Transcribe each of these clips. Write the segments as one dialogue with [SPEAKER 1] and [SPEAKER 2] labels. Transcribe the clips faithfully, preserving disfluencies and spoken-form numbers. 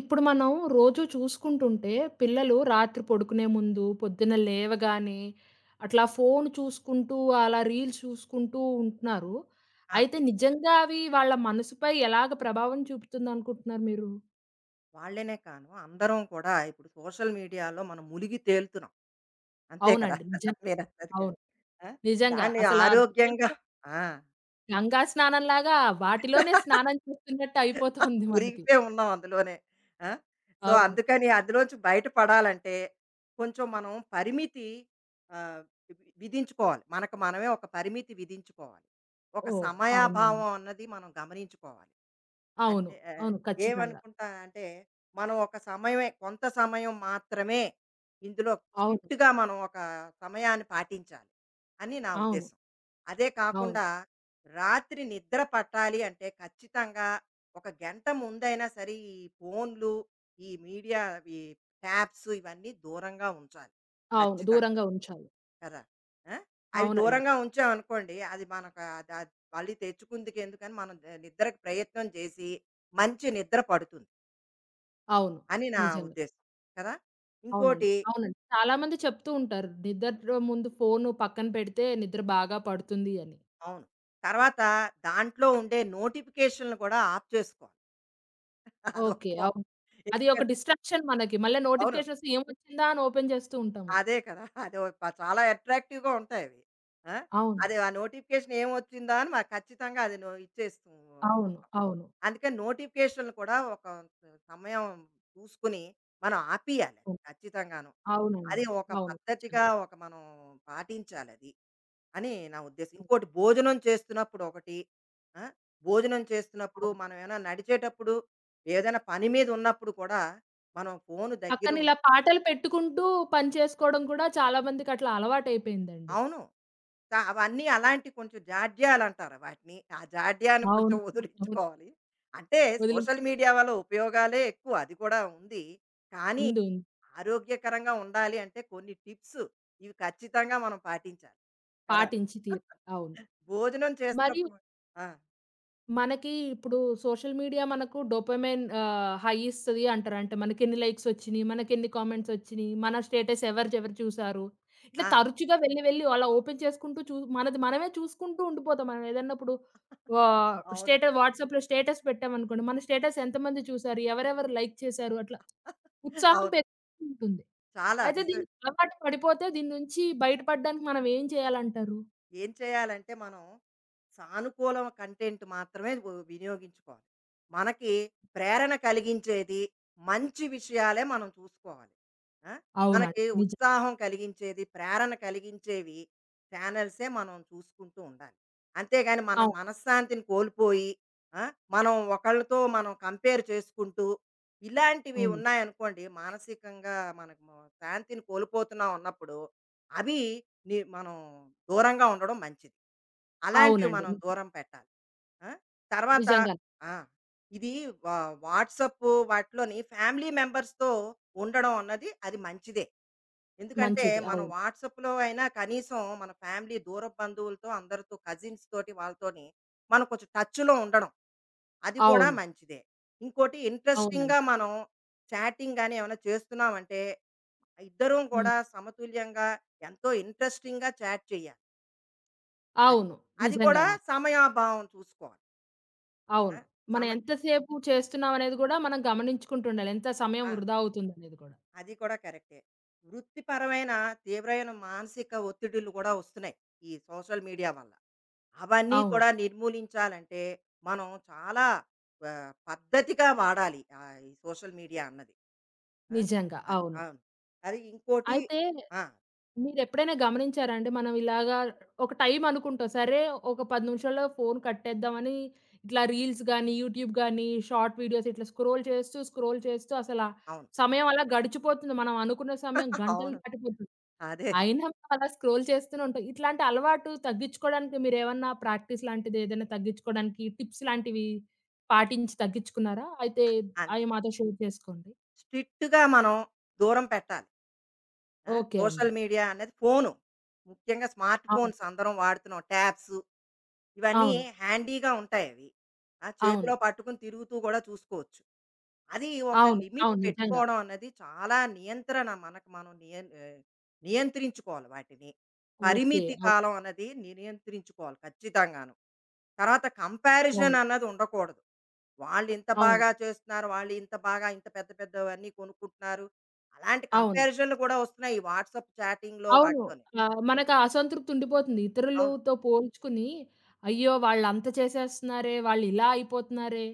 [SPEAKER 1] ఇప్పుడు మనం రోజూ చూసుకుంటుంటే, పిల్లలు రాత్రి పడుకునే ముందు, పొద్దున్న లేవగానే అట్లా ఫోను చూసుకుంటూ, అలా రీల్స్ చూసుకుంటూ ఉంటున్నారు.
[SPEAKER 2] ఆ!
[SPEAKER 1] అయితే నిజంగా అవి వాళ్ళ మనసుపై ఎలాగ ప్రభావం చూపుతుందనుకుంటున్నారు మీరు?
[SPEAKER 2] వాళ్ళనే కాను, అందరం కూడా ఇప్పుడు సోషల్ మీడియాలో మనం మునిగి తేలుతున్నాం. అంతే కదా!
[SPEAKER 1] అవునండి. నిజం.
[SPEAKER 2] మీరన్నది
[SPEAKER 1] అవును.
[SPEAKER 2] కరెక్ట్. ఆ!
[SPEAKER 1] నిజంగా.
[SPEAKER 2] దాన్ని
[SPEAKER 1] అసలా
[SPEAKER 2] ఆరోగ్యంగా. ఆ!
[SPEAKER 1] గంగా స్నానంలాగా వాటిలోనే స్నానం చేస్తున్నట్టు అయిపోతుంది మనకి.
[SPEAKER 2] మునిగిపోయి ఉన్నాం అందులోనే. ఆ! సో,
[SPEAKER 1] అవును.
[SPEAKER 2] అందుకని అందులోంచి బయటపడాలంటే కొంచెం మనం పరిమితి ఆహ్, వి విధించుకోవాలి. మనకు మనమే ఒక పరిమితి విధించుకోవాలి. ఒక
[SPEAKER 1] ఓహ్! అవునండి.
[SPEAKER 2] సమయాభావం అన్నది మనం గమనించుకోవాలి.
[SPEAKER 1] అవును.
[SPEAKER 2] అంటే ఆహ్,
[SPEAKER 1] అవును. ఖచ్చితంగా.
[SPEAKER 2] ఏమనుకుంటానంటే, మనం ఒక సమయమే, కొంత సమయం మాత్రమే ఇందులో
[SPEAKER 1] అవును.
[SPEAKER 2] స్ట్రిక్ట్‌గా మనం ఒక సమయాన్ని పాటించాలి అని నా
[SPEAKER 1] అవును.
[SPEAKER 2] ఉద్దేశం. అదే
[SPEAKER 1] అవును.
[SPEAKER 2] కాకుండా, రాత్రి నిద్ర పట్టాలి అంటే ఖచ్చితంగా ఒక గంట ముందైనా సరే ఈ ఫోన్లు, ఈ మీడియా, ఈ ట్యాబ్స్ ఇవన్నీ దూరంగా ఉంచాలి
[SPEAKER 1] అవును.
[SPEAKER 2] ఖచ్చితంగా.
[SPEAKER 1] దూరంగా ఉంచాలి.
[SPEAKER 2] కదా! ఆ! అవి
[SPEAKER 1] అవునండి.
[SPEAKER 2] దూరంగా ఉంచామనుకోండి, అది మనకు అది అది మళ్ళీ తెచ్చుకుందుకు ఎందుకని మనం ద నిద్రకు ప్రయత్నం చేసి మంచి నిద్ర పడుతుంది
[SPEAKER 1] అవును.
[SPEAKER 2] అని నా
[SPEAKER 1] నిజంగా.
[SPEAKER 2] ఉద్దేశం. కదా!
[SPEAKER 1] అవునండి.
[SPEAKER 2] ఇంకోటి.
[SPEAKER 1] అవునండి. చాలా మంది చెప్తూ ఉంటారు. నిద్ర ముందు ఫోను పక్కన పెడితే నిద్ర బాగా పడుతుంది అని.
[SPEAKER 2] అవును. తర్వాత దాంట్లో ఉండే నోటిఫికేషన్‌లు కూడా ఆఫ్ చేసుకోవాలి. అదొక
[SPEAKER 1] ఓకే.
[SPEAKER 2] పా
[SPEAKER 1] అవును. అది ఒక
[SPEAKER 2] ఎందుకంటే.
[SPEAKER 1] డిస్ట్రాక్షన్ మనకి. మళ్ళా
[SPEAKER 2] అవును.
[SPEAKER 1] నోటిఫికేషనొస్తే ఏమొచ్చిందా అని ఓపెన్ చేస్తూ ఉంటాము.
[SPEAKER 2] అదే కదా! అదో ప చాలా అట్రాక్టివ్‌గా ఉంటాయి అవి. ఆ!
[SPEAKER 1] అవును.
[SPEAKER 2] అదే, ఆ నోటిఫికేషన్ ఏమొచ్చిందా అని మాకు ఖచ్చితంగా అది నో ఇచ్చేస్తూ,
[SPEAKER 1] అవును. అవును.
[SPEAKER 2] అందుకని నోటిఫికేషన్లు కూడా ఒక సమయం చూసుకుని మనం ఆపియాలి, అది
[SPEAKER 1] అవును.
[SPEAKER 2] ఖచ్చితంగాను. అది
[SPEAKER 1] అవునండి.
[SPEAKER 2] ఒక
[SPEAKER 1] అవును.
[SPEAKER 2] పద్ధతిగా,
[SPEAKER 1] నిజంగా.
[SPEAKER 2] ఒక మనం పాటించాలది అని నా ఉద్దేశం.
[SPEAKER 1] అవును.
[SPEAKER 2] ఇంకోటి, భోజనం చేస్తున్నప్పుడు ఒకటి, ఆ! భోజనం చేస్తున్నప్పుడు
[SPEAKER 1] అవును.
[SPEAKER 2] మనం, ఏమైనా నడిచేటప్పుడు, ఏదైనా పని మీద ఉన్నప్పుడు కూడా మనం ఫోను దగ్గర
[SPEAKER 1] పక్కన ఇలా
[SPEAKER 2] ఉంచు.
[SPEAKER 1] పాటలు పెట్టుకుంటూ పని చేసుకోవడం కూడా చాలా మందికి అట్లా అలవాటయిపోయిందండి.
[SPEAKER 2] అవును. త అవన్నీ అలాంటి కొంచెం జాడ్యాలంటారు వాటిని. ఆ జాడ్యాన్ని కొంచెం
[SPEAKER 1] అవును. అవును.
[SPEAKER 2] వదిలించుకోవాలి. అంటే సోషల్
[SPEAKER 1] వదిలించి
[SPEAKER 2] మీడియా వల్ల ఉపయోగాలే ఎక్కువ, అది కూడా ఉంది. కానీ
[SPEAKER 1] ఉంది. ఉంది.
[SPEAKER 2] ఆరోగ్యకరంగా ఉండాలి అంటే కొన్ని టిప్స్ ఇవి ఖచ్చితంగా మనం పాటించాలి, కదా.
[SPEAKER 1] పాటించి తీరాలి. అవును.
[SPEAKER 2] భోజనం
[SPEAKER 1] మరి
[SPEAKER 2] చేస్తున్నప్పుడు ఆ,
[SPEAKER 1] మనకి ఇప్పుడు సోషల్ మీడియా మనకు డోపమైన్ ఆహ్, హై ఇస్తది అంటారు. అంటే మనకెన్ని లైక్స్ వచ్చినియి, మనకెన్ని కామెంట్స్ వచ్చినియి, మన స్టేటస్ ఎవరిదెవరు చూసారు. ఇట్లా
[SPEAKER 2] ఆ,
[SPEAKER 1] తరచుగా వెళ్లి, వెళ్లి అలా ఓపెన్ చేసుకుంటూ చూ మనది మనమే చూసుకుంటూ ఉండిపోతాం. మనం ఏదన్నా ఇప్పుడు ఆహ్,
[SPEAKER 2] అవును.
[SPEAKER 1] స్టేటస్ వాట్సాప్‌లో స్టేటస్ పెట్టామనుకోండి. మన స్టేటస్ ఎంతమంది చూసారు, ఎవరెవరు లైక్ చేశారు అట్లా ఉత్సాహం
[SPEAKER 2] అవును,
[SPEAKER 1] పెరుగుతూ ఉంటుంది.
[SPEAKER 2] చాలా
[SPEAKER 1] అయితే
[SPEAKER 2] రిస
[SPEAKER 1] దీనికి అలవాటు పడిపోతే దీని నుంచి బయటపడడానికి మనం ఏం చేయాలంటారు?
[SPEAKER 2] ఏం చేయాలంటే మనం సానుకూల కంటెంట్ మాత్రమే వు- వినియోగించుకోవాలి. మనకి ప్రేరణ కలిగించేది, మంచి విషయాలే మనం చూసుకోవాలి. ఆ?
[SPEAKER 1] అవునండి.
[SPEAKER 2] మనకి
[SPEAKER 1] నిజం.
[SPEAKER 2] ఉత్సాహం కలిగించేది, ప్రేరణ కలిగించేవి ఛానల్సే మనం చూసుకుంటూ ఉండాలి. అంతేగాని, మన
[SPEAKER 1] అవును.
[SPEAKER 2] మనశ్శాంతిని కోల్పోయి, ఆ? మనం ఒకళ్ళతో మనం కంపేర్ చేసుకుంటూ ఇలాంటివి
[SPEAKER 1] అవును.
[SPEAKER 2] ఉన్నాయనుకోండి, మానసికంగా మనకు శాంతిని కోల్పోతున్నాం అన్నప్పుడు అవి, ని- మనం దూరంగా ఉండడం మంచిది. అలాంటివి
[SPEAKER 1] అవునండి.
[SPEAKER 2] మనం
[SPEAKER 1] నిజం.
[SPEAKER 2] దూరం పెట్టాలి. ఆ! తర్వాత,
[SPEAKER 1] నిజంగానే.
[SPEAKER 2] ఆ! ఇది, వా వాట్సాప్ వాటిలోని ఫ్యామిలీ మెంబర్స్‌తో ఉండడం అన్నది అది మంచిదే. ఎందుకంటే
[SPEAKER 1] మంచిది.
[SPEAKER 2] మనం
[SPEAKER 1] అవును.
[SPEAKER 2] వాట్సాప్‌లో అయినా కనీసం మన ఫ్యామిలీ, దూరపు బంధువులతో, అందరితో, కజిన్స్ తోటి వాళ్ళతోని మనం కొంచెం టచ్‌లో ఉండడం, అది కూడా
[SPEAKER 1] అవును.
[SPEAKER 2] మంచిదే. ఇంకోటి, ఇంట్రెస్టింగ్‌గా
[SPEAKER 1] అవునండి.
[SPEAKER 2] మనం చాటింగ్ గాని ఏమైనా చేస్తున్నామంటే, ఇద్దరం
[SPEAKER 1] హ్మ్.
[SPEAKER 2] కూడా సమతుల్యంగా, ఎంతో ఇంట్రెస్టింగ్‌గా చాట్ చేయాలి. అది,
[SPEAKER 1] అవును.
[SPEAKER 2] అది కూడా
[SPEAKER 1] నిజంగానే.
[SPEAKER 2] సమయాభావం చూసుకోవాలి.
[SPEAKER 1] అవును.
[SPEAKER 2] ఆ!
[SPEAKER 1] మనం
[SPEAKER 2] సమ
[SPEAKER 1] ఎంతసేపు చేస్తున్నాం అనేది గూడా మనం గమనించుకుంటుండాలి. ఎంత సమయం
[SPEAKER 2] ఆ!
[SPEAKER 1] వృధా అవుతుందనేది గూడా.
[SPEAKER 2] అది కూడా కరెక్టే. వృత్తిపరమైన, తీవ్రమైన మానసిక ఒత్తిడులు కూడా వస్తున్నాయి ఈ సోషల్ మీడియా వల్ల. అవన్నీ
[SPEAKER 1] అవును.
[SPEAKER 2] కూడా నిర్మూలించాలంటే మనం చాలా ఆహ్, పద్ధతిగా వాడాలి ఆహ్, ఈ సోషల్ మీడియా అన్నది. ఆ!
[SPEAKER 1] నిజంగా.
[SPEAKER 2] అది.
[SPEAKER 1] అవును.
[SPEAKER 2] అవును. అది ఇంకోటి.
[SPEAKER 1] అయితే
[SPEAKER 2] ఆ!
[SPEAKER 1] మీరెప్పుడైనా గమనించారా అండి? మనం ఇలాగా ఒక టైం అనుకుంటాం. సరే ఒక పది నిమిషాల్లో ఫోను కట్టేద్దామని ఇట్లా రీల్స్ గానీ, యూట్యూబ్ గానీ, షార్ట్ వీడియోస్ ఇట్లా స్క్రోల్ చేస్తూ, స్క్రోల్ చేస్తూ అసల
[SPEAKER 2] అవును.
[SPEAKER 1] సమయం అలా గడిచిపోతుంది. మనం అనుకున్న సమయం గంటలు
[SPEAKER 2] అవును.
[SPEAKER 1] దాటిపోతుంది.
[SPEAKER 2] అదే.
[SPEAKER 1] అయినా మనం అలా స్క్రోల్ చేస్తూనే ఉంటాం. ఇట్లాంటి అలవాటు తగ్గించుకోవడానికి మీరేమన్నా ప్రాక్టీస్ లాంటిదేదైనా తగ్గించుకోవడానికి టిప్స్ లాంటివి పాటించి తగ్గించుకున్నారా? అయితే
[SPEAKER 2] అంతే.
[SPEAKER 1] అయి మాతో షేర్ చేసుకోండి.
[SPEAKER 2] స్ట్రిక్ట్‌గా మనం దూరం పెట్టాలి. ఆ!
[SPEAKER 1] ఓకే అండి.
[SPEAKER 2] సోషల్ మీడియా అనేది ఫోను. ముఖ్యంగా స్మార్ట్
[SPEAKER 1] అవును.
[SPEAKER 2] ఫోన్స్ అందరం వాడుతున్నాం, ట్యాబ్స్ ఇవన్నీ
[SPEAKER 1] అవును.
[SPEAKER 2] హ్యాండీగా ఉంటాయవి. ఆ!
[SPEAKER 1] అవును.
[SPEAKER 2] చేతిలో పట్టుకుని తిరుగుతూ గూడా చూసుకోవచ్చు. అది, ఒక
[SPEAKER 1] అవును.
[SPEAKER 2] లిమిట్
[SPEAKER 1] అవును. నిజంగా.
[SPEAKER 2] పెట్టుకోవడం అన్నది, చాలా నియంత్రణ మనకు, మనం నియం ఆహ్, నియంత్రించుకోవాలి వాటిని.
[SPEAKER 1] ఓకే.
[SPEAKER 2] పరిమితి
[SPEAKER 1] అవును.
[SPEAKER 2] కాలం అన్నది నియంత్రించుకోవాలి ఖచ్చితంగాను. తర్వాత, కంపారిజన్
[SPEAKER 1] అవును.
[SPEAKER 2] అన్నది ఉండకూడదు. వాళ్ళు ఇంత
[SPEAKER 1] అవును.
[SPEAKER 2] బాగా చేస్తున్నారు, వాళ్ళు ఇంత బాగా ఇంత పెద్ద పెద్దవన్నీ కొనుక్కుంటున్నారు, అలాంటి
[SPEAKER 1] అవును.
[SPEAKER 2] కంపారిజన్‌లు కూడా వస్తున్నాయి ఈ వాట్సాప్ చాటింగ్‌లో
[SPEAKER 1] అవును.
[SPEAKER 2] వాటిలోని.
[SPEAKER 1] ఆహ్, మనకా అసంతృప్తి ఉండిపోతుంది.
[SPEAKER 2] అవును.
[SPEAKER 1] ఇతరులుతో పోల్చుకుని, అయ్యో! వాళ్ళంత చేసేస్తన్నారే, వాళ్ళిలా అయిపోతున్నారే,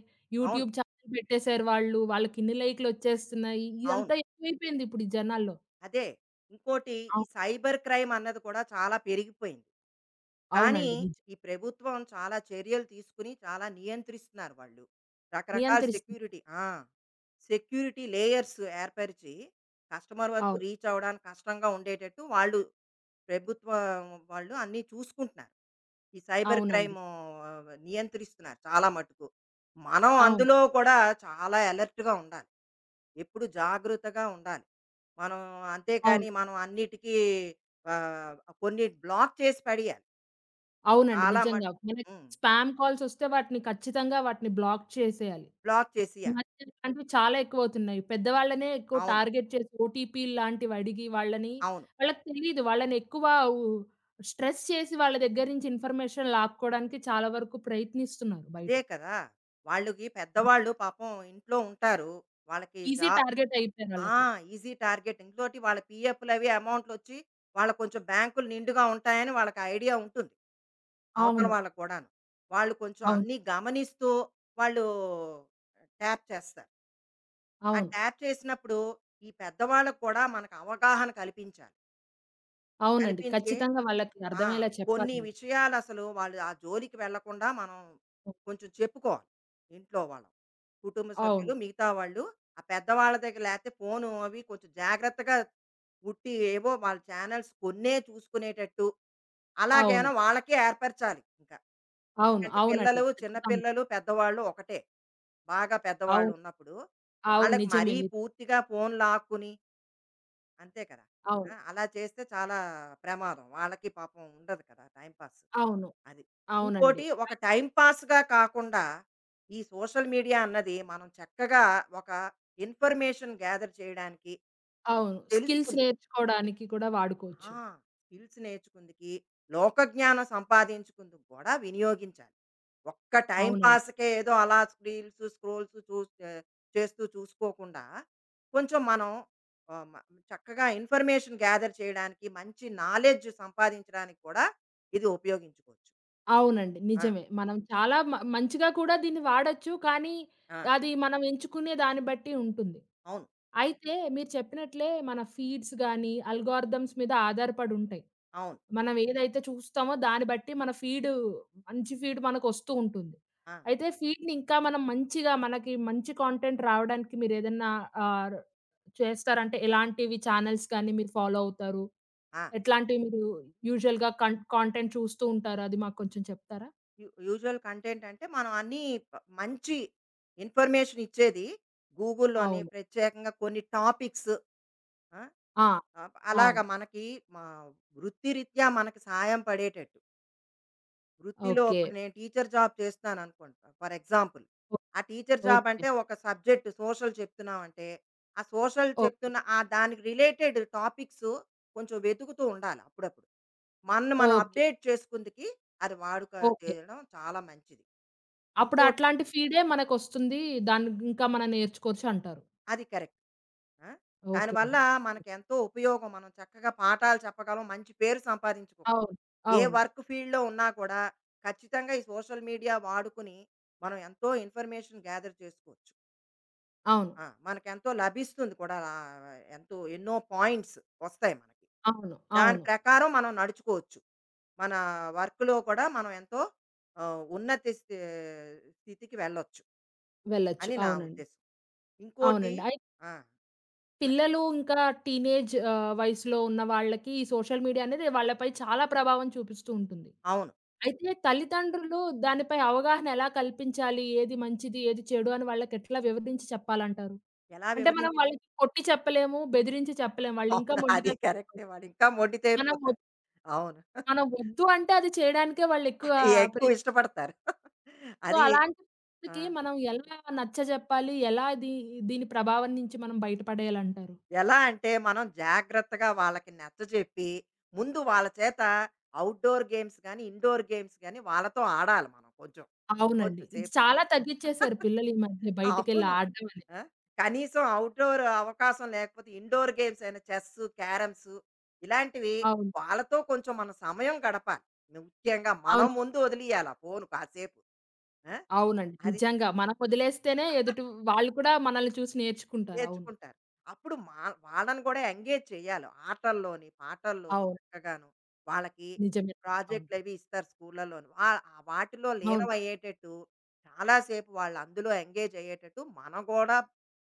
[SPEAKER 2] అవును.
[SPEAKER 1] యూట్యూబ్ ఛానెల్ పెట్టేశారు వాళ్ళు, వాళ్ళకిన్ని లైకులొచ్చేస్తున్నాయి.
[SPEAKER 2] అవును.
[SPEAKER 1] ఇదంతా ఎక్కువైపోయింది ఇప్పుడు ఈ జనాల్లో.
[SPEAKER 2] అదే. ఇంకోటి, ఈ
[SPEAKER 1] అవు
[SPEAKER 2] సైబర్ క్రైమ్ అన్నది కూడా చాలా పెరిగిపోయింది. కానీ
[SPEAKER 1] అవునండి. నిజం.
[SPEAKER 2] ఈ ప్రభుత్వం చాలా చర్యలు తీసుకుని చాలా నియంత్రిస్తున్నారు వాళ్ళు. రకరకాల
[SPEAKER 1] నియంత్రిస్తున్నారు.
[SPEAKER 2] సెక్యూరిటీ ఆ! సెక్యూరిటీ లేయర్స్ ఏర్పరిచి, కస్టమర్ వరకు
[SPEAKER 1] అవును.
[SPEAKER 2] రీచ్ అవ్వడానికి కష్టంగా ఉండేటట్టు, వాళ్ళు, ప్రభుత్వం వాళ్ళు అన్నీ చూసుకుంటున్నారు. ఈ సైబర్
[SPEAKER 1] అవునండి.
[SPEAKER 2] క్రైము నియంత్రిస్తున్నారు చాలా మటుకు. మనం
[SPEAKER 1] అవును.
[SPEAKER 2] అందులో కూడా చాలా అలర్ట్‌గా ఉండాలి, ఎప్పుడు జాగ్రత్తగా ఉండాలి మనం.
[SPEAKER 1] అవును.
[SPEAKER 2] అంతేకాని మనం అన్నిటికీ ఆహ్, కొన్ని బ్లాక్ చేసి పడేయాలి.
[SPEAKER 1] అవునండి.
[SPEAKER 2] చాలా మట్
[SPEAKER 1] నిజంగా. మనకి
[SPEAKER 2] హ్మ్.
[SPEAKER 1] స్పామ్ కాల్సొస్తే వాటిని ఖచ్చితంగా వాటిని బ్లాక్ చేసేయాలి.
[SPEAKER 2] బ్లాక్
[SPEAKER 1] ఈ
[SPEAKER 2] చేసేయాలి.
[SPEAKER 1] మధ్య ఇలాంటివి చాలా ఎక్కువవుతున్నాయి. పెద్దవాళ్ళనే ఎక్కువ
[SPEAKER 2] అవును.
[SPEAKER 1] టార్గెట్ చేసి ఓటీపీలు లాంటివి అడిగి వాళ్ళని
[SPEAKER 2] అవును.
[SPEAKER 1] వాళ్ళకి తెలీదు. వాళ్ళని ఎక్కువ ఉ స్ట్రెస్ చేసి వాళ్ళ దగ్గర నుంచి ఇన్ఫర్మేషన్ లాక్కోడానికి చాలా వరకు ప్రయత్నిస్తున్నారు బయట.
[SPEAKER 2] అదే కదా! వాళ్ళకి పెద్దవాళ్ళు పాపం ఇంట్లో ఉంటారు, వాళ్ళకి
[SPEAKER 1] ఈజీ
[SPEAKER 2] జా
[SPEAKER 1] టార్గెట్ అయిపోయారు
[SPEAKER 2] ఆ!
[SPEAKER 1] వాళ్ళకి.
[SPEAKER 2] Easy target. ఇంకోటి, వాళ్ళ పీఎఫ్‌లవి అమౌంట్‌లొచ్చి వాళ్ళకి కొంచెం బ్యాంకులు నిండుగా ఉంటాయని వాళ్ళకి ఐడియా ఉంటుంది, అవతల
[SPEAKER 1] అవును.
[SPEAKER 2] వాళ్ళకి కూడాను. వాళ్ళు కొంచెం
[SPEAKER 1] అవును.
[SPEAKER 2] అన్నీ గమనిస్తూ వాళ్ళు ట్యాప్ చేస్తారు. ఆ
[SPEAKER 1] అవును.
[SPEAKER 2] ట్యాప్ చేసినప్పుడు ఈ పెద్దవాళ్ళకి కూడా మనకు అవగాహన కల్పించాలి.
[SPEAKER 1] అవునండి.
[SPEAKER 2] కల్పించి
[SPEAKER 1] ఖచ్చితంగా వాళ్ళకి
[SPEAKER 2] ఆ!
[SPEAKER 1] అర్థమయ్యేలా
[SPEAKER 2] కొన్ని
[SPEAKER 1] చెప్పాలి.
[SPEAKER 2] విషయాలసలు వాళ్ళు ఆ జోలికి వెళ్ళకుండా మనం కొంచెం చెప్పుకోవాలి, ఇంట్లో వాళ్ళం, కుటుంబ
[SPEAKER 1] అవును.
[SPEAKER 2] సభ్యులు, మిగతా వాళ్ళు. ఆ పెద్దవాళ్ళ దగ్గర లేతే ఫోను అవి కొంచెం జాగ్రత్తగా, ఉట్టి ఏవో వాళ్ళ ఛానెల్స్ కొన్నే చూసుకునేటట్టు అలాగేనా
[SPEAKER 1] అవును.
[SPEAKER 2] వాళ్ళకి ఏర్పరచాలి ఇంక.
[SPEAKER 1] అవును.
[SPEAKER 2] ఎందుకంటే
[SPEAKER 1] అవునండి.
[SPEAKER 2] పిల్లలు, చిన్న
[SPEAKER 1] ఖచ్చితంగా.
[SPEAKER 2] పిల్లలు, పెద్దవాళ్ళు ఒకటే. బాగా పెద్దవాళ్ళు
[SPEAKER 1] అవును.
[SPEAKER 2] ఉన్నప్పుడు,
[SPEAKER 1] అవును.
[SPEAKER 2] వాళ్ళకి
[SPEAKER 1] నిజమే
[SPEAKER 2] మరీ
[SPEAKER 1] మీరు.
[SPEAKER 2] పూర్తిగా ఫోను లాక్కుని, అంతే కదా! ఆ!
[SPEAKER 1] అవును.
[SPEAKER 2] అలా చేస్తే చాలా ప్రమాదం. వాళ్ళకి పాపం ఉండదు కదా, టైమ్ పాస్.
[SPEAKER 1] అవును.
[SPEAKER 2] అది.
[SPEAKER 1] అవునండి.
[SPEAKER 2] ఇంకోటి, ఒక
[SPEAKER 1] అయి
[SPEAKER 2] టైమ్ పాస్‌గా కాకుండా, ఈ సోషల్ మీడియా అన్నది మనం చక్కగా ఒక ఇన్ఫర్మేషన్ గ్యాదర్ చేయడానికి
[SPEAKER 1] అవును. స్కిల్స్
[SPEAKER 2] తెలుసుకుంది.
[SPEAKER 1] నేర్చుకోవడానికి కూడా వాడుకోవచ్చు.
[SPEAKER 2] ఆ! స్కిల్స్ నేర్చుకుందికి, లోకజ్ఞానం సంపాదించుకుందుకు గూడా వినియోగించాలి. ఒక్క టైం
[SPEAKER 1] అవునండి.
[SPEAKER 2] పాస్‌కే ఏదో అలా స్క్రీల్స్, స్క్రోల్స్ చూస్ ఆహ్, చేస్తూ చూసుకోకుండా, కొంచెం మనం ఆహ్, మ చక్కగా ఇన్ఫర్మేషన్ గ్యాదర్ చేయడానికి, మంచి నాలెడ్జ్ సంపాదించడానికి కూడా ఇది ఉపయోగించుకోవచ్చు.
[SPEAKER 1] అవునండి.
[SPEAKER 2] ఆ!
[SPEAKER 1] నిజమే. మనం చాలా మ మంచిగా కూడా దీన్ని వాడొచ్చు. కానీ
[SPEAKER 2] ఆ!
[SPEAKER 1] అది మనం ఎంచుకునే దాన్ని బట్టి ఉంటుంది.
[SPEAKER 2] అవును.
[SPEAKER 1] అయితే మీరు చెప్పినట్లే మన ఫీడ్స్ గాని, అల్గోరిథమ్స్ మీద ఆధారపడి ఉంటాయి.
[SPEAKER 2] అవును.
[SPEAKER 1] మనం ఏదైతే చూస్తామో దాన్ని బట్టి మన ఫీడ్ మంచి ఫీడ్ మనకొస్తూ ఉంటుంది.
[SPEAKER 2] ఆ!
[SPEAKER 1] అయితే ఫీడ్‌ని ఇంకా మనం మంచిగా మనకి మంచి కంటెంట్ రావడానికి మీరేదన్నా ఆహ్, చేస్తారంటే ఎలాంటివి ఛానెల్స్ గాని మీరు ఫాలో అవుతారు?
[SPEAKER 2] ఆ!
[SPEAKER 1] ఎట్లాంటివి మీరు యూజువల్‌గా కన్ కాంటెంట్ చూస్తూ ఉంటారా? అది మాకు కొంచెం చెప్తారా?
[SPEAKER 2] యు యూజువల్ కంటెంట్ అంటే, మనం అన్నీ ప మంచి ఇన్ఫర్మేషన్ ఇచ్చేది, గూగుల్‌లోని
[SPEAKER 1] అవును.
[SPEAKER 2] ప్రత్యేకంగా కొన్ని టాపిక్స్. ఆ!
[SPEAKER 1] ఆ!
[SPEAKER 2] అప్ అలాగా
[SPEAKER 1] అవును.
[SPEAKER 2] మనకి మా వృత్తిరీత్యా మనకి సాయం పడేటట్టు. వృత్తిలో
[SPEAKER 1] ఓకే.
[SPEAKER 2] ఇప్పుడు నేను టీచర్ జాబ్ చేస్తున్నాననుకోండి ఫర్ ఎగ్జాంపుల్.
[SPEAKER 1] ఓ
[SPEAKER 2] ఆ టీచర్ జాబ్
[SPEAKER 1] ఓకే.
[SPEAKER 2] అంటే, ఒక సబ్జెక్ట్ సోషల్ చెప్తున్నామంటే, ఆ సోషల్
[SPEAKER 1] ఓకే.
[SPEAKER 2] చెప్తున్న ఆ దానికి రిలేటెడ్ టాపిక్స్ కొంచెం వెతుకుతూ ఉండాలి అప్పుడప్పుడు, మనల్ని మనం
[SPEAKER 1] ఓకే.
[SPEAKER 2] అప్డేట్ చేసుకుందుకి. అది వాడుక
[SPEAKER 1] ఓకే.
[SPEAKER 2] చేయడం చాలా మంచిది.
[SPEAKER 1] అప్పుడు
[SPEAKER 2] ఇంకోటి,
[SPEAKER 1] అట్లాంటి ఫీడే మనకొస్తుంది. దాన్ని ఇంకా మనం నేర్చుకోవచ్చు అంటారు.
[SPEAKER 2] అది కరెక్ట్. ఆ?
[SPEAKER 1] ఓకే
[SPEAKER 2] దానివల్ల
[SPEAKER 1] అండి.
[SPEAKER 2] మనకెంతో ఉపయోగం. మనం చక్కగా పాఠాలు చెప్పగలం, మంచి పేరు సంపాదించుకోగలం.
[SPEAKER 1] అవును.
[SPEAKER 2] ఏ
[SPEAKER 1] అవును.
[SPEAKER 2] వర్క్ ఫీల్డ్‌లో ఉన్నా కూడా ఖచ్చితంగా ఈ సోషల్ మీడియా వాడుకుని మనం ఎంతో ఇన్ఫర్మేషన్ గ్యాదర్ చేసుకోవచ్చు.
[SPEAKER 1] అవును.
[SPEAKER 2] ఆ! మనకెంతో లభిస్తుంది కూడా. ఆహ్, ఎంతో, ఎన్నో పాయింట్స్ వస్తాయి మనకి,
[SPEAKER 1] అవును.
[SPEAKER 2] దాని
[SPEAKER 1] అవును.
[SPEAKER 2] ప్రకారం మనం నడుచుకోవచ్చు. మన వర్క్‌లో కూడా మనం ఎంతో ఆహ్, ఉన్నతి స్థి స్థితికి వెళ్ళొచ్చు
[SPEAKER 1] వెళ్ళొచ్చు.
[SPEAKER 2] అని నా
[SPEAKER 1] అవునండి.
[SPEAKER 2] ఉద్దేశం. ఇంకోటి.
[SPEAKER 1] అవునండి. అయితే
[SPEAKER 2] ఆ!
[SPEAKER 1] పిల్లలు ఇంకా టీనేజ్ ఆహ్, వయసులో ఉన్న వాళ్ళకి ఈ సోషల్ మీడియా అనేది వాళ్ళపై చాలా ప్రభావం చూపిస్తూ ఉంటుంది.
[SPEAKER 2] అవును.
[SPEAKER 1] అయితే తల్లిదండ్రులు దానిపై అవగాహన ఎలా కల్పించాలి? ఏది మంచిది? ఏది చెడు? అని వాళ్ళకెట్లా వివరించి చెప్పాలంటారు?
[SPEAKER 2] ఎలా
[SPEAKER 1] అంటే మనం
[SPEAKER 2] వివరించాలి?
[SPEAKER 1] వాళ్ళకి కొట్టి చెప్పలేము, బెదిరించి చెప్పలేము. వాళ్ళింకా
[SPEAKER 2] అవును, అది
[SPEAKER 1] మొండిగా చేస్తారు.
[SPEAKER 2] కరెక్టే. వాళ్ళింకా
[SPEAKER 1] మనం వద్
[SPEAKER 2] మొండితేరిపోతారు. అవును,
[SPEAKER 1] మనం వద్దు అంటే అది చేయడానికే వాళ్ళెక్కువ
[SPEAKER 2] అది ఎక్కువ
[SPEAKER 1] ప్రయత్నిస్తారు.
[SPEAKER 2] ఇష్టపడతారు. అది.
[SPEAKER 1] అలాంటి
[SPEAKER 2] ఆ!
[SPEAKER 1] పరిస్థితికి మనం ఎలా నచ్చజెప్పాలి? ఎలా దీ దీని ప్రభావం నుంచి మనం బయటపడేయాలంటారు?
[SPEAKER 2] ఎలా అంటే, మనం జాగ్రత్తగా వాళ్ళకి నచ్చజెప్పి, ముందు వాళ్ళ చేత అవుట్‌డోర్ గేమ్స్ గానీ, ఇండోర్ గేమ్స్ గానీ వాళ్ళతో ఆడాలి మనం, కొంచెం,
[SPEAKER 1] అవునండి.
[SPEAKER 2] కొంచెం
[SPEAKER 1] ఇది
[SPEAKER 2] సేపు.
[SPEAKER 1] చాలా తగ్గిచ్చేశారు పిల్లలు ఈ మధ్య బయటికెళ్ళి
[SPEAKER 2] అవును.
[SPEAKER 1] ఆడడం అనేది.
[SPEAKER 2] ఆ! కనీసం అవుట్‌డోర్ అవకాశం లేకపోతే, ఇండోర్ గేమ్స్ అయినా చెస్సు, క్యారమ్సు ఇలాంటివి
[SPEAKER 1] అవును.
[SPEAKER 2] వాళ్ళతో కొంచెం మనం సమయం గడపాలి. ముఖ్యంగా మనం
[SPEAKER 1] అవును.
[SPEAKER 2] ముందు వదిలియాలి ఆ ఫోను కాసేపు. ఆ!
[SPEAKER 1] అవునండి.
[SPEAKER 2] అది
[SPEAKER 1] నిజంగా. మనం వదిలేస్తేనే ఎదుటి వాళ్ళు కూడా మనల్ని చూసి నేర్చుకుంటారు. అవును.
[SPEAKER 2] నేర్చుకుంటారు. అప్పుడు మా వాళ్ళని కూడా ఎంగేజ్ చేయాలి ఆటల్లోని, పాటల్లోని,
[SPEAKER 1] అవును.
[SPEAKER 2] చక్కగాను. వాళ్ళకి
[SPEAKER 1] నిజమే. అవును.
[SPEAKER 2] ప్రాజెక్ట్‌లవి ఇస్తారు స్కూళ్ళలోను. వా ఆ వాటిలో
[SPEAKER 1] అవును.
[SPEAKER 2] లీనమయ్యేటట్టు, చాలా సేపు వాళ్ళు అందులో ఎంగేజ్ అయ్యేటట్టు మనం కూడా,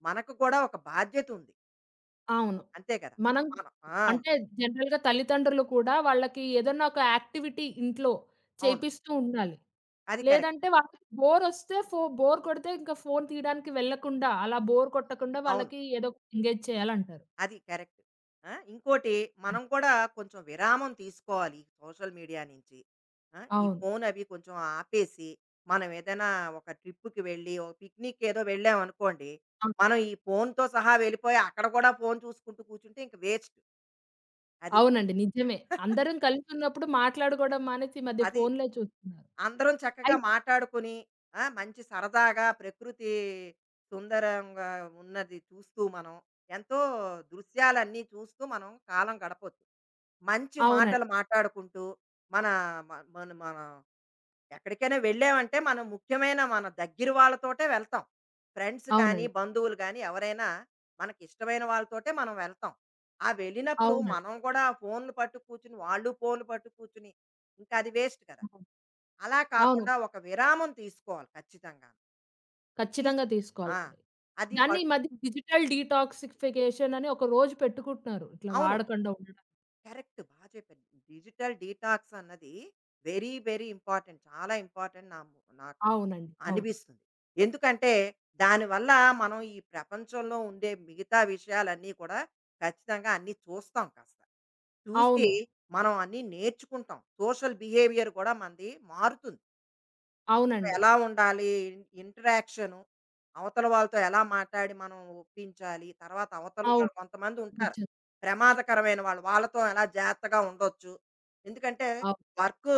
[SPEAKER 2] మనకు కూడా ఒక బాధ్యతుంది.
[SPEAKER 1] అవును.
[SPEAKER 2] అంతే కదా!
[SPEAKER 1] మనం
[SPEAKER 2] మనం. ఆ!
[SPEAKER 1] అంటే జనరల్‌గా తల్లిదండ్రులు కూడా వాళ్ళకి ఏదన్నా ఒక యాక్టివిటీ ఇంట్లో
[SPEAKER 2] అవును,
[SPEAKER 1] చేపిస్తూ ఉండాలి.
[SPEAKER 2] అది కరెక్ట్.
[SPEAKER 1] లేదంటే వాళ్ళకి బోరొస్తే ఫో బోర్ కొడితే ఇంకా ఫోను తీయడానికి వెళ్ళకుండా, అలా బోర్ కొట్టకుండా
[SPEAKER 2] అవును,
[SPEAKER 1] వాళ్ళకి ఏదో ఒకటి ఎంగేజ్ చేయాలంటారు.
[SPEAKER 2] అది కరెక్ట్. ఆ! ఇంకోటి, మనం కూడా కొంచెం విరామం తీసుకోవాలి సోషల్ మీడియా నుంచి. ఆ! ఈ
[SPEAKER 1] అవును.
[SPEAKER 2] ఫోన్ అవి కొంచెం ఆపేసి, మనం ఏదైనా ఒక ట్రిప్‌కి వెళ్ళి, ఓ పిక్నిక్ ఏదో వెళ్ళామనుకోండి,
[SPEAKER 1] ఆ!
[SPEAKER 2] మనం ఈ ఫోన్‌తో సహా వెళ్ళిపోయి అక్కడ కూడా ఫోన్ చూసుకుంటూ కూర్చుంటే ఇంక వేస్ట్. అది.
[SPEAKER 1] అవునండి. నిజమే. అందరం కలిసున్నప్పుడు మాట్లాడుకోవడం మానేసి ఈ మధ్య
[SPEAKER 2] అది,
[SPEAKER 1] ఫోనులే చూస్తున్నారు.
[SPEAKER 2] అందరం చక్కగా
[SPEAKER 1] అయి
[SPEAKER 2] మాట్లాడుకుని, ఆ! మంచి సరదాగా ప్రకృతి సుందరంగా ఉన్నది చూస్తూ మనం, ఎంతో దృశ్యాలన్నీ చూస్తూ మనం కాలం గడపొచ్చు, మంచి
[SPEAKER 1] అవునండి.
[SPEAKER 2] మాటలు మాట్లాడుకుంటూ. మన మ మన మన ఎక్కడికైనా వెళ్ళామంటే, మనం ముఖ్యమైన, మన దగ్గర వాళ్ళతోటే వెళ్తాం. ఫ్రెండ్స్ కానీ,
[SPEAKER 1] అవునండి.
[SPEAKER 2] బంధువులు గానీ, ఎవరైనా మనకిష్టమైన వాళ్ళతోటే మనం వెళ్తాం. ఆ వెళ్ళినప్పుడు
[SPEAKER 1] అవునండి.
[SPEAKER 2] మనం కూడా ఫోన్‌లు పట్టు కూర్చొని, వాళ్ళు ఫోన్‌లు పట్టు కూర్చొని, ఇంకా అది వేస్ట్ కదా!
[SPEAKER 1] అవును.
[SPEAKER 2] అలా
[SPEAKER 1] అవును.
[SPEAKER 2] కాకుండా ఒక విరామం తీసుకోవాలి ఖచ్చితంగా. తీస్
[SPEAKER 1] ఖచ్చితంగా
[SPEAKER 2] ఆ!
[SPEAKER 1] తీసుకోవాలండి.
[SPEAKER 2] అది
[SPEAKER 1] దాన్ని
[SPEAKER 2] పట్
[SPEAKER 1] ఈ మధ్య డిజిటల్ డీటాక్సిఫికేషన్ అని ఒక రోజు పెట్టుకుంటున్నారు. ఇట్లా
[SPEAKER 2] అవును,
[SPEAKER 1] వాడకుండా ఉండడం.
[SPEAKER 2] కరెక్ట్. బా చెప్పారు. డిజిటల్ డీటాక్స్ అన్నది వెరీ, వెరీ ఇంపార్టెంట్. చాలా ఇంపార్టెంట్ నా ము నాకు
[SPEAKER 1] అవునండి. అవును.
[SPEAKER 2] అనిపిస్తుంది. ఎందుకంటే, దానివల్ల మనం ఈ ప్రపంచంలో ఉండే మిగతా విషయాలన్నీ కూడా ఖచ్చితంగా అన్నీ చూస్తాం కాస్త. చూసి
[SPEAKER 1] అవును.
[SPEAKER 2] మనం అన్నీ నేర్చుకుంటాం. సోషల్ బిహేవియర్ కూడా మనది మారుతుంది.
[SPEAKER 1] అవునండి.
[SPEAKER 2] ఎలా ఉండాలి? ఇంటరాక్షను, అవతల వాళ్ళతో ఎలా మాట్లాడి మనం ఒప్పించాలి? తర్వాత అవతల వాళ్ళు
[SPEAKER 1] అవును.
[SPEAKER 2] కొంతమందుంటారు,
[SPEAKER 1] నిజం.
[SPEAKER 2] ప్రమాదకరమైన వాళ్ళు, వాళ్ళతో ఎలా జాగ్రత్తగా ఉండొచ్చు. ఎందుకంటే
[SPEAKER 1] అవును.
[SPEAKER 2] వర్కు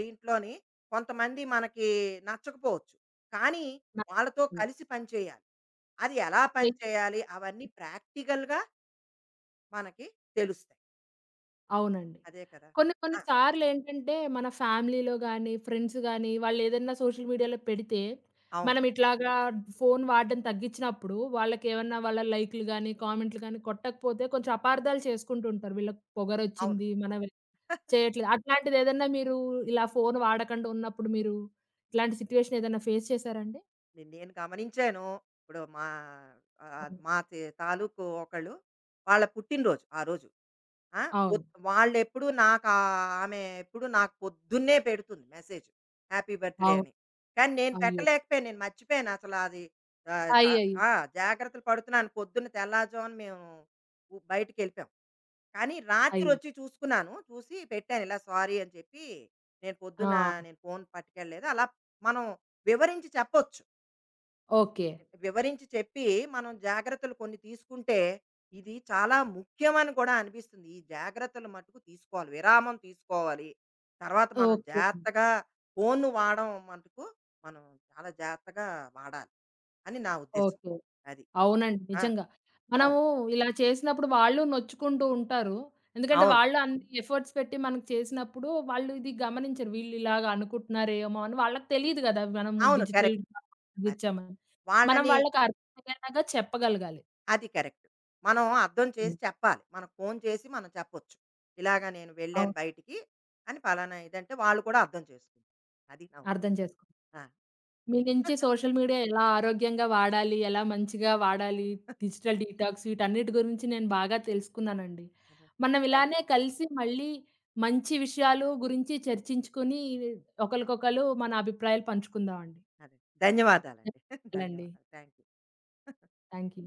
[SPEAKER 2] దీంట్లోని కొంతమంది మనకి నచ్చకపోవచ్చు, కానీ
[SPEAKER 1] నా
[SPEAKER 2] వాళ్ళతో
[SPEAKER 1] హ్మ్.
[SPEAKER 2] కలిసి పనిచేయాలి. అది ఎలా
[SPEAKER 1] ఏహ్!
[SPEAKER 2] పనిచేయాలి? అవన్నీ ప్రాక్టికల్‌గా మనకి తెలుస్తాయి.
[SPEAKER 1] అవునండి.
[SPEAKER 2] అదే కదా!
[SPEAKER 1] కొన్ని కొన్ని
[SPEAKER 2] ఆ!
[SPEAKER 1] సార్లేంటంటే మన ఫ్యామిలీలో గానీ, ఫ్రెండ్స్ గానీ వాళ్ళేదన్నా సోషల్ మీడియాలో పెడితే,
[SPEAKER 2] అవును.
[SPEAKER 1] మనం ఇట్లాగా ఫోను వాడడం తగ్గించినప్పుడు వాళ్ళకేమన్నా వాళ్ళ లైకులు గానీ, కామెంట్లు గానీ కొట్టకపోతే కొంచెం అపార్థాలు చేసుకుంటూ ఉంటారు. వీళ్ళకి
[SPEAKER 2] అవును.
[SPEAKER 1] పొగరొచ్చింది. మనం చేయట్లేదు. అట్లాంటిదేదన్నా మీరు ఇలా ఫోను వాడకండా ఉన్నప్పుడు మీరు ఇట్లాంటి సిట్యుయేషన్ ఏదైనా ఫేస్ చేసారా అండి?
[SPEAKER 2] నే నేను గమనించాను. ఇప్పుడు మా ఆహ్,
[SPEAKER 1] అవును.
[SPEAKER 2] మా తి తాలూకు ఒకళ్ళు, వాళ్ళ పుట్టినరోజు ఆ రోజు. ఆ! పొద్
[SPEAKER 1] అవును.
[SPEAKER 2] వాళ్ళెప్పుడు నాకు ఆ- ఆమె ఎప్పుడు నాకు పొద్దున్నే పెడుతుంది మెసేజ్, హ్యాపీ బర్త్‌డే
[SPEAKER 1] అవును.
[SPEAKER 2] అని. కానీ నేను
[SPEAKER 1] అయ్యో!
[SPEAKER 2] పెట్టలేకపోయాను, నేను మర్చిపోయాను అసలు అది. ఆహ్, స
[SPEAKER 1] అయ్యయ్యో!
[SPEAKER 2] ఆ! జాగ్రత్తలు పడుతున్నాను. పొద్దున్న తెల్లారుజామున మేము ఉ బయటికెళ్ళిపోయాం. కానీ
[SPEAKER 1] అయ్యో!
[SPEAKER 2] రాత్రొచ్చి చూసుకున్నాను. చూసి పెట్టాను, ఇలా సారీ అని చెప్పి. నేను
[SPEAKER 1] ఆ!
[SPEAKER 2] పొద్దున్న నేను ఫోను పట్టుకెళ్ళలేదు. అలా మనం వివరించి చెప్పొచ్చు.
[SPEAKER 1] ఓకే.
[SPEAKER 2] వివరించి చెప్పి మనం జాగ్రత్తలు కొన్ని తీసుకుంటే ఇది చాలా ముఖ్యమని కూడా అనిపిస్తుంది. ఈ జాగ్రత్తలు మట్టుకు తీసుకోవాలి. విరామం తీసుకోవాలి. తర్వాత మనం
[SPEAKER 1] ఓకే.
[SPEAKER 2] జాగ్రత్తగా ఫోన్‌ను వాడడం మటుకు మనం చాలా జాగ్రత్తగా వాడాలి అని నా ఉద్దేశ్యం.
[SPEAKER 1] ఓకే.
[SPEAKER 2] అది.
[SPEAKER 1] అవునండి.
[SPEAKER 2] ఆ!
[SPEAKER 1] నిజంగా.
[SPEAKER 2] అవును.
[SPEAKER 1] మనము ఇలా చేసినప్పుడు వాళ్ళు నొచ్చుకుంటూ ఉంటారు. ఎందుకంటే
[SPEAKER 2] అవును.
[SPEAKER 1] వాళ్ళు అన్ని ఎఫర్ట్స్ పెట్టి మనకు చేసినప్పుడు వాళ్ళు ఇది గమనించరు. వీళ్ళు ఇలాగ అనుకుంటున్నారేమో అని వాళ్ళకి తెలీదు గదా! మనము
[SPEAKER 2] అవును,
[SPEAKER 1] డిజిటల్
[SPEAKER 2] కరెక్ట్. అది.
[SPEAKER 1] ఇచ్చామని. మనం
[SPEAKER 2] వాళ్ళని,
[SPEAKER 1] వాళ్ళకి అర్థమయ్యేలాగా చెప్పగలగాలి.
[SPEAKER 2] అది కరెక్ట్. మనం అర్థం చేసి
[SPEAKER 1] హ్మ్.
[SPEAKER 2] చెప్పాలి. మనం ఫోన్ చేసి మనం చెప్పొచ్చు, ఇలాగ నేను వెళ్ళాను
[SPEAKER 1] అవును.
[SPEAKER 2] బయటికి అని, పలానా ఇదంటే వాళ్ళు కూడా అర్థం చేసుకుంటారు. అది నా
[SPEAKER 1] అర్థం
[SPEAKER 2] ఉద్దేశ్యం.
[SPEAKER 1] చేసుకో.
[SPEAKER 2] ఆ!
[SPEAKER 1] మీ నుంచి సోషల్ మీడియా ఎలా ఆరోగ్యంగా వాడాలి? ఎలా మంచిగా వాడాలి? డిజిటల్ డీటాక్స్ వీటన్నిటి గురించి నేను బాగా తెలుసుకున్నానండి.
[SPEAKER 2] అదే.
[SPEAKER 1] మనం ఇలానే
[SPEAKER 2] థాంక్స్.
[SPEAKER 1] కలిసి మళ్ళీ మంచి విషయాలు గురించి చర్చించుకొని ఒకళ్ళకొకళ్ళు మన అభిప్రాయాలు పంచుకుందామండి.
[SPEAKER 2] అదే. ధన్యవాదాలండి.
[SPEAKER 1] ధన్యవాదాలండి.
[SPEAKER 2] ధన్యవాదాలు. థాంక్స్.
[SPEAKER 1] Thank you.